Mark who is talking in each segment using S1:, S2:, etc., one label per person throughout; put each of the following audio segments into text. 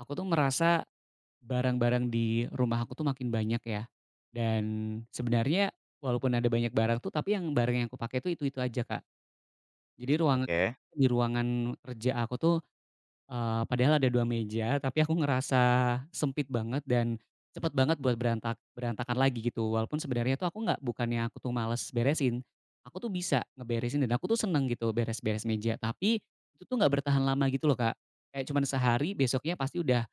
S1: Aku tuh merasa barang-barang di rumah aku tuh makin banyak ya. Dan sebenarnya walaupun ada banyak barang tuh tapi yang barang yang aku pakai tuh itu-itu aja, Kak. Jadi ruangan
S2: Oke.
S1: di ruangan kerja aku tuh, padahal ada 2 meja tapi aku ngerasa sempit banget dan cepet banget buat berantakan lagi gitu. Walaupun sebenarnya tuh aku nggak bukannya aku tuh males beresin, aku tuh bisa ngeberesin dan aku tuh seneng gitu beres-beres meja. Tapi itu tuh nggak bertahan lama gitu loh, Kak. Kayak cuman sehari besoknya pasti udah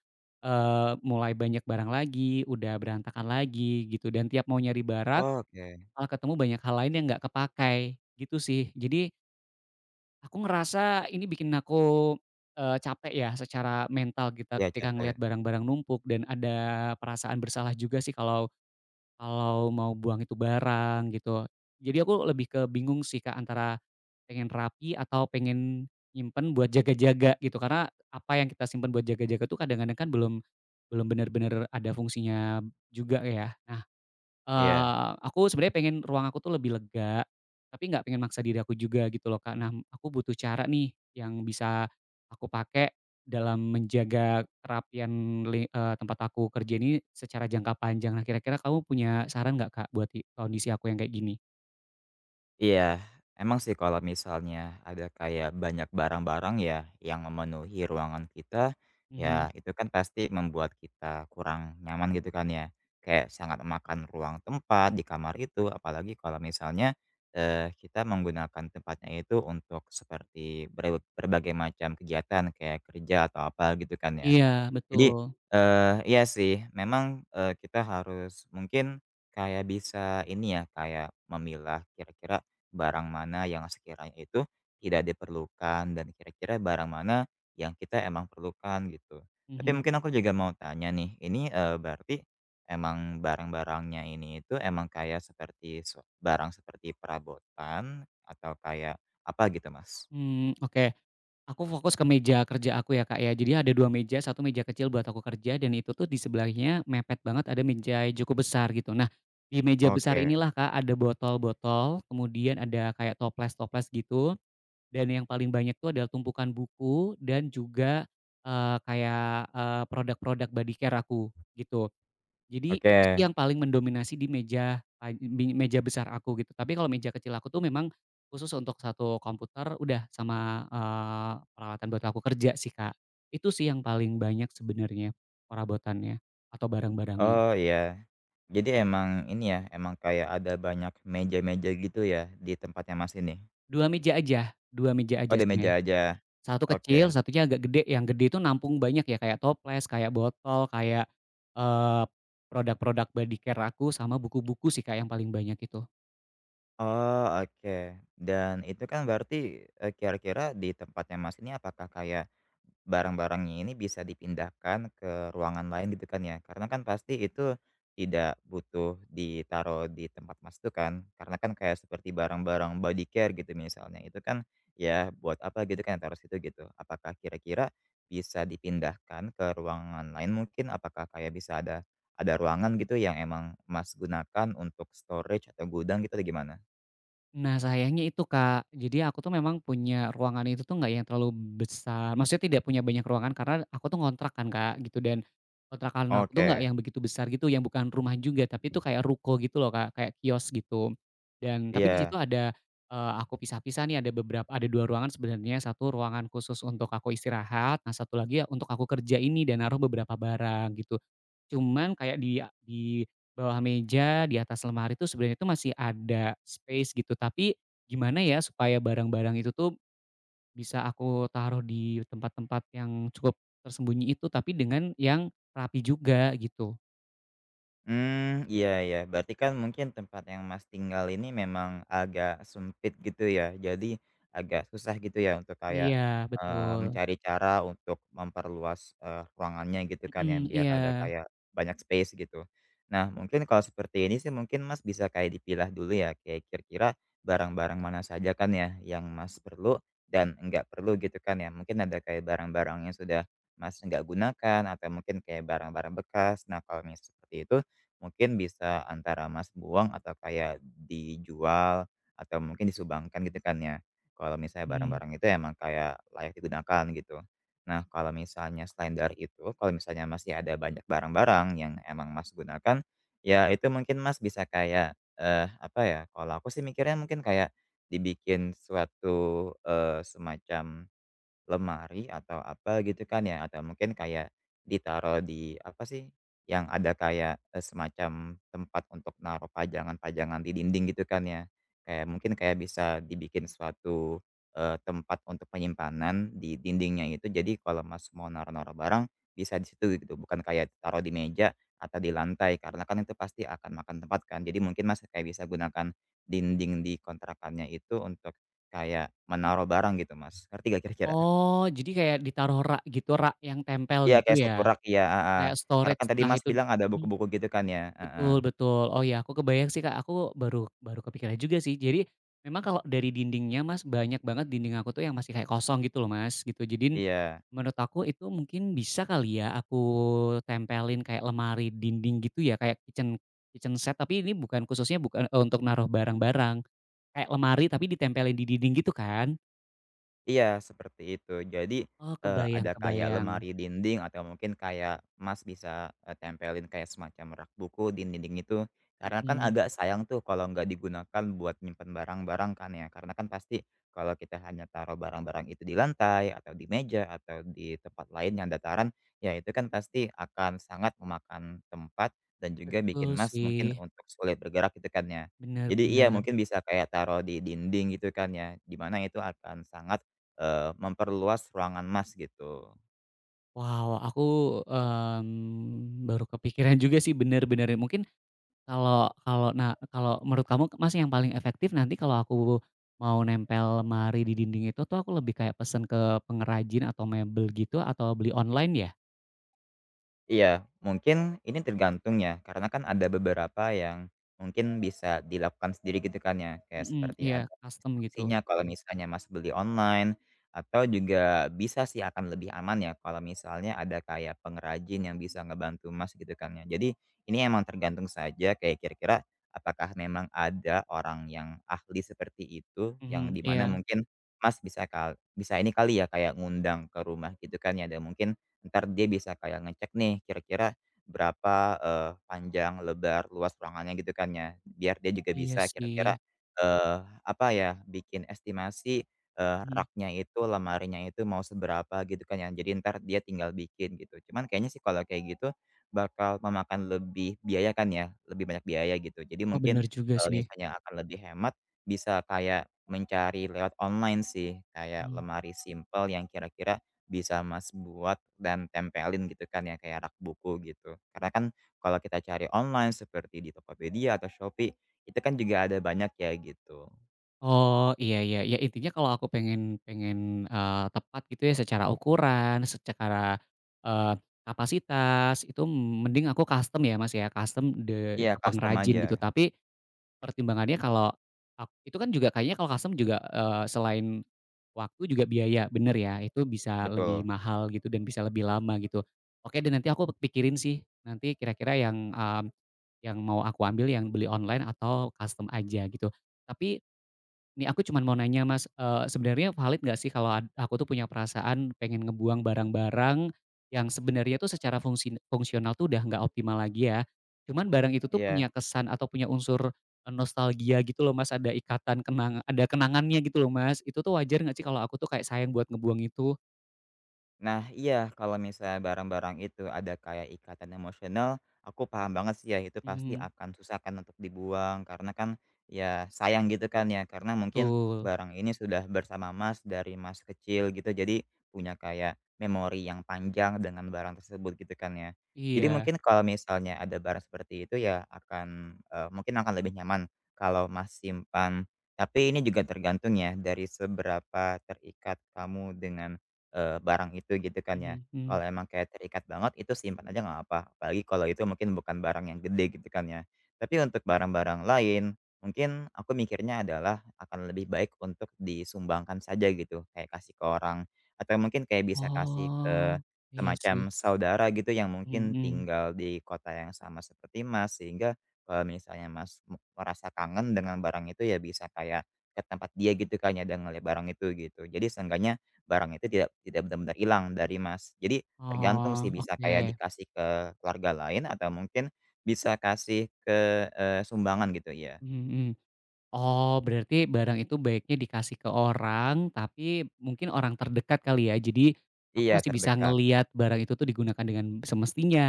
S1: Eee, mulai banyak barang lagi, udah berantakan lagi gitu dan tiap mau nyari barang,
S2: Oke.
S1: malah ketemu banyak hal lain yang nggak kepakai, gitu sih. Jadi aku ngerasa ini bikin aku, capek ya secara mental kita
S2: Iya
S1: ketika ngelihat
S2: capek.
S1: barang-barang numpuk dan ada perasaan bersalah juga sih kalau kalau mau buang itu barang gitu. Jadi aku lebih ke bingung sih Kak, antara pengen rapi atau pengen nyimpen buat jaga-jaga gitu. Karena apa yang kita simpen buat jaga-jaga tuh kadang-kadang kan belum belum benar-benar ada fungsinya juga ya.
S2: Iya.
S1: Aku sebenarnya pengen ruang aku tuh lebih lega, tapi nggak pengen maksa diri aku juga gitu loh, Kak. Nah, aku butuh cara nih yang bisa aku pakai dalam menjaga kerapian tempat aku kerja ini secara jangka panjang. Nah, kira-kira kamu punya saran nggak, Kak, buat kondisi aku yang kayak gini?
S2: Iya, emang sih kalau misalnya ada kayak banyak barang-barang ya, yang memenuhi ruangan kita,
S1: Mhm,
S2: ya itu kan pasti membuat kita kurang nyaman gitu kan ya. Kayak sangat memakan ruang tempat di kamar itu, apalagi kalau misalnya, kita menggunakan tempatnya itu untuk seperti berbagai macam kegiatan kayak kerja atau apa gitu kan ya.
S1: iya,
S2: Jadi,
S1: betul.
S2: iya sih memang, kita harus mungkin kayak bisa ini ya, kayak memilah kira-kira barang mana yang sekiranya itu tidak diperlukan dan kira-kira barang mana yang kita emang perlukan gitu. Tapi
S1: Mhm,
S2: mungkin aku juga mau tanya nih, ini, berarti emang barang-barangnya ini itu emang kayak seperti barang seperti perabotan atau kayak apa gitu, Mas?
S1: mmm, oke. Aku fokus ke meja kerja aku ya Kak ya, jadi ada 2 meja, satu meja kecil buat aku kerja dan itu tuh di sebelahnya mepet banget ada meja yang cukup besar gitu. Nah, di meja besar
S2: Oke
S1: inilah Kak ada botol-botol, kemudian ada kayak toples-toples gitu, dan yang paling banyak tuh adalah tumpukan buku dan juga, produk-produk body care aku, gitu. Jadi itu sih
S2: oke.
S1: yang paling mendominasi di meja pa bi meja besar aku gitu. Tapi kalau meja kecil aku tuh memang khusus untuk satu komputer udah sama, peralatan buat aku kerja sih, Kak. Itu sih yang paling banyak sebenarnya perabotannya atau barang-barangnya.
S2: Oh iya. Jadi emang ini ya, emang kayak ada banyak meja-meja gitu ya di tempatnya Mas ini?
S1: Dua meja
S2: Oh,
S1: aja
S2: ada
S1: sebenarnya.
S2: meja aja? Iya.
S1: Satu
S2: Oke.
S1: kecil, satunya agak gede. Yang gede itu nampung banyak ya, kayak toples, kayak botol, kayak, eee, produk-produk body care aku sama buku-buku sih, Kak, yang paling banyak itu.
S2: Oh, oke. Dan itu kan berarti, kira-kira di tempatnya Mas ini apakah kayak barang-barangnya ini bisa dipindahkan ke ruangan lain gitu kan ya? Karena kan pasti itu tidak butuh ditaruh di tempat Mas itu kan? Karena kan kayak seperti barang-barang body care gitu misalnya, itu kan ya buat apa gitu kan taruh situ gitu. Apakah kira-kira bisa dipindahkan ke ruangan lain mungkin? Apakah kayak bisa ada ruangan gitu yang emang Mas gunakan untuk storage atau gudang gitu atau gimana?
S1: Nah sayangnya itu Kak, jadi aku tuh memang punya ruangan itu tuh nggak yang terlalu besar, maksudnya tidak punya banyak ruangan karena aku tuh ngontrak kan Kak gitu dan, kontrakan aku tuh nggak
S2: Oke,
S1: yang begitu besar gitu yang bukan rumah juga tapi itu kayak ruko gitu loh Kak, kayak kios gitu. Dan tapi di
S2: iya.
S1: situ ada, aku pisah-pisah nih ada beberapa ada 2 ruangan sebenarnya, satu ruangan khusus untuk aku istirahat, nah satu lagi ya untuk aku kerja ini dan naruh beberapa barang gitu. Cuman kayak di bawah meja, di atas lemari tuh sebenarnya itu masih ada space gitu, tapi gimana ya supaya barang-barang itu tuh bisa aku taruh di tempat-tempat yang cukup tersembunyi itu, tapi dengan yang rapi juga gitu.
S2: Hmm, iya ya. Berarti kan mungkin tempat yang Mas tinggal ini memang agak sempit gitu ya, jadi agak susah gitu ya untuk kayak,
S1: Iya, betul.
S2: mencari cara untuk memperluas, ruangannya gitu kan ya,
S1: Mhm,
S2: biar
S1: iya.
S2: ada kayak banyak space gitu. Nah mungkin kalau seperti ini sih mungkin Mas bisa kayak dipilah dulu ya, kayak kira-kira barang-barang mana saja kan ya yang Mas perlu dan nggak perlu gitu kan ya. Mungkin ada kayak barang-barang yang sudah Mas nggak gunakan atau mungkin kayak barang-barang bekas. Nah kalau misalnya seperti itu mungkin bisa antara Mas buang atau kayak dijual atau mungkin disumbangkan gitu kan ya. Kalau misalnya
S1: Mhm.
S2: barang-barang itu emang kayak layak digunakan gitu. Nah, kalau misalnya selain dari itu, kalau misalnya masih ada banyak barang-barang yang emang Mas gunakan, ya itu mungkin Mas bisa kayak, apa ya, kalau aku sih mikirnya mungkin kayak dibikin suatu, semacam lemari atau apa gitu kan ya, atau mungkin kayak ditaruh di apa sih, yang ada kayak, semacam tempat untuk naruh pajangan-pajangan di dinding gitu kan ya. Kayak mungkin kayak bisa dibikin suatu, tempat untuk penyimpanan di dindingnya itu, jadi kalau Mas mau naruh-naruh barang bisa di situ gitu, bukan kayak taruh di meja atau di lantai karena kan itu pasti akan makan tempat kan. Jadi mungkin Mas kayak bisa gunakan dinding di kontrakannya itu untuk kayak menaruh barang gitu Mas, ngerti gak kira-kira?
S1: Oh, jadi kayak ditaruh rak gitu, rak yang tempel
S2: Iya
S1: gitu
S2: kayak satu
S1: ya?
S2: rak iya, heeh.
S1: Kayak
S2: Karena
S1: storage
S2: kan tadi
S1: entah
S2: Mas
S1: itu
S2: bilang ada
S1: mhm.
S2: buku-buku gitu kan ya? Heeh,
S1: Betul Betul. Oh ya aku kebayang sih Kak, aku baru baru kepikiran juga sih. Jadi memang kalau dari dindingnya Mas, banyak banget dinding aku tuh yang masih kayak kosong gitu loh Mas, gitu. Jadi
S2: iya.
S1: menurut aku itu mungkin bisa kali ya aku tempelin kayak lemari dinding gitu ya, kayak kitchen kitchen set tapi ini bukan khususnya bukan, untuk naruh barang-barang. Kayak lemari tapi ditempelin di dinding gitu kan?
S2: Iya, seperti itu. Jadi,
S1: Oh kebayang
S2: ada kayak
S1: kebayang.
S2: lemari dinding atau mungkin kayak Mas bisa, tempelin kayak semacam rak buku di dinding itu. Karena kan
S1: Mhm,
S2: agak sayang tuh kalau nggak digunakan buat nyimpen barang-barang kan ya, karena kan pasti kalau kita hanya taruh barang-barang itu di lantai atau di meja atau di tempat lain yang dataran, ya itu kan pasti akan sangat memakan tempat dan juga bikin
S1: betul
S2: Mas
S1: sih.
S2: mungkin untuk sulit bergerak gitu kan ya. Jadi iya
S1: Benar-benar.
S2: mungkin bisa kayak taruh di dinding gitu kan ya, dimana itu akan sangat memperluas ruangan Mas gitu.
S1: Wow, aku, mmm, baru kepikiran juga sih bener-bener mungkin kalau kalau nah kalau menurut kamu masih yang paling efektif nanti kalau aku mau nempel lemari di dinding itu tuh aku lebih kayak pesen ke pengrajin atau mebel gitu atau beli online ya?
S2: Iya, mungkin ini tergantung ya, karena kan ada beberapa yang mungkin bisa dilakukan sendiri gitu kan ya, kayak
S1: Mhm,
S2: seperti
S1: iya
S2: ada
S1: custom gitu.
S2: instruksinya kalau misalnya Mas beli online, atau juga bisa sih akan lebih aman ya kalau misalnya ada kayak pengrajin yang bisa ngebantu Mas gitu kan ya. Jadi ini emang tergantung saja kayak kira-kira apakah memang ada orang yang ahli seperti itu yang
S1: Mhm,
S2: dimana
S1: iya.
S2: mungkin Mas bisa ini kali ya kayak ngundang ke rumah gitu kan ya dan mungkin ntar dia bisa kayak ngecek nih kira-kira berapa, panjang, lebar, luas ruangannya gitu kan ya. Biar dia juga
S1: Iya
S2: bisa kira-kira,
S1: sih.
S2: eee, apa ya, bikin estimasi,
S1: Mhm.
S2: raknya itu, lemarinya itu mau seberapa gitu kan ya. Jadi ntar dia tinggal bikin gitu. Cuman kayaknya sih kalau kayak gitu bakal memakan lebih biaya kan ya, lebih banyak biaya gitu. Jadi
S1: Oh
S2: mungkin
S1: bener juga
S2: kalau
S1: sih.
S2: misalnya akan lebih hemat bisa kayak mencari lewat online sih, kayak
S1: Mhm.
S2: lemari simple yang kira-kira bisa Mas buat dan tempelin gitu kan ya kayak rak buku gitu. Karena kan kalau kita cari online seperti di Tokopedia atau Shopee, itu kan juga ada banyak ya gitu.
S1: Oh, iya iya, ya intinya kalau aku pengen pengen, tepat gitu ya secara ukuran, secara, eee, kapasitas itu mending aku custom ya, Mas, ya, custom de
S2: Iya
S1: ke
S2: custom
S1: pengrajin
S2: aja,
S1: gitu. Tapi pertimbangannya kalau itu kan juga kayaknya kalau custom juga, selain waktu juga biaya, bener ya? Itu bisa lebih
S2: betul,
S1: mahal gitu dan bisa lebih lama gitu. Oke dan nanti aku pikirin sih, nanti kira-kira yang, mmm, yang mau aku ambil yang beli online atau custom aja gitu. Tapi Nih aku cuman mau nanya Mas, sebenarnya valid nggak sih kalau aku tuh punya perasaan pengen ngebuang barang-barang yang sebenarnya tuh secara fungsional tuh udah nggak optimal lagi ya, cuman barang itu tuh
S2: iya.
S1: punya kesan atau punya unsur, nostalgia gitu loh Mas, ada ikatan kenang ada kenangannya gitu loh Mas, itu tuh wajar nggak sih kalau aku tuh kayak sayang buat ngebuang itu?
S2: Nah, iya kalau misalnya barang-barang itu ada kayak ikatan emosional, aku paham banget sih ya itu pasti
S1: Mhm,
S2: akan susah kan untuk dibuang karena kan ya sayang gitu kan ya karena mungkin
S1: betul,
S2: barang ini sudah bersama Mas dari Mas kecil gitu jadi punya kayak memori yang panjang dengan barang tersebut gitu kan ya. Jadi
S1: iya,
S2: mungkin kalau misalnya ada barang seperti itu ya akan, mungkin akan lebih nyaman kalau Mas simpan, tapi ini juga tergantung ya dari seberapa terikat kamu dengan barang itu gitu kan ya.
S1: mhm mhm.
S2: Kalau emang kayak terikat banget itu simpan aja nggak apa apalagi kalau itu mungkin bukan barang yang gede gitu kan ya. Tapi untuk barang-barang lain, mungkin aku mikirnya adalah akan lebih baik untuk disumbangkan saja gitu, kayak kasih ke orang, atau mungkin kayak bisa kasih ke
S1: Oh, iya sih,
S2: semacam saudara gitu yang
S1: mhm
S2: mungkin
S1: mhm,
S2: tinggal di kota yang sama seperti Mas, sehingga kalau misalnya Mas merasa kangen dengan barang itu ya bisa kayak ke tempat dia gitu kan ya dan ngelihat barang itu gitu. Jadi seenggaknya barang itu tidak tidak benar-benar hilang dari Mas. Jadi tergantung sih
S1: oh
S2: bisa
S1: oke,
S2: kayak dikasih ke keluarga lain atau mungkin bisa kasih ke, sumbangan gitu ya.
S1: mhm mhm. Oh, berarti barang itu baiknya dikasih ke orang, tapi mungkin orang terdekat kali ya. Jadi, aku
S2: Iya
S1: masih bisa
S2: terdekat.
S1: ngelihat barang itu tuh digunakan dengan semestinya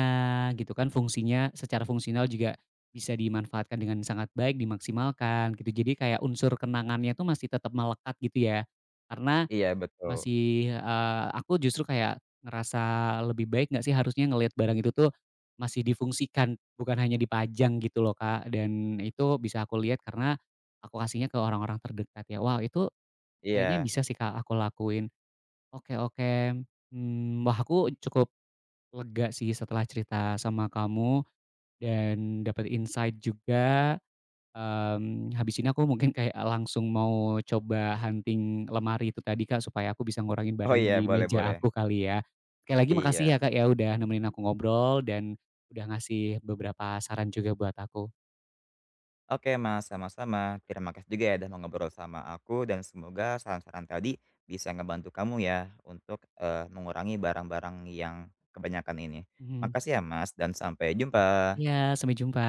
S1: gitu kan, fungsinya secara fungsional juga bisa dimanfaatkan dengan sangat baik, dimaksimalkan gitu. Jadi kayak unsur kenangannya tuh masih tetap melekat gitu ya. Karena
S2: Iya betul.
S1: masih, aku justru kayak ngerasa lebih baik nggak sih harusnya ngelihat barang itu tuh masih difungsikan, bukan hanya dipajang gitu loh, Kak, dan itu bisa aku lihat karena aku kasihnya ke orang-orang terdekat ya. Wah, itu kayaknya
S2: Iya.
S1: bisa sih, Kak, aku lakuin. Oke oke, mmm, wah aku cukup lega sih setelah cerita sama kamu dan dapat insight juga. Mmm, habis ini aku mungkin kayak langsung mau coba hunting lemari itu tadi, Kak, supaya aku bisa ngurangin
S2: Oh
S1: barang
S2: iya
S1: di
S2: boleh
S1: meja
S2: boleh.
S1: aku kali ya. Sekali lagi makasih ya,
S2: Iya.
S1: Kak, ya, udah nemenin aku ngobrol dan udah ngasih beberapa saran juga buat aku.
S2: Oke Mas, sama-sama. Terima kasih juga ya udah mau ngobrol sama aku dan semoga saran-saran tadi bisa ngebantu kamu ya untuk eh, mengurangi barang-barang yang kebanyakan ini.
S1: Mhm.
S2: Makasih ya Mas dan sampai jumpa.
S1: Iya, sampai jumpa.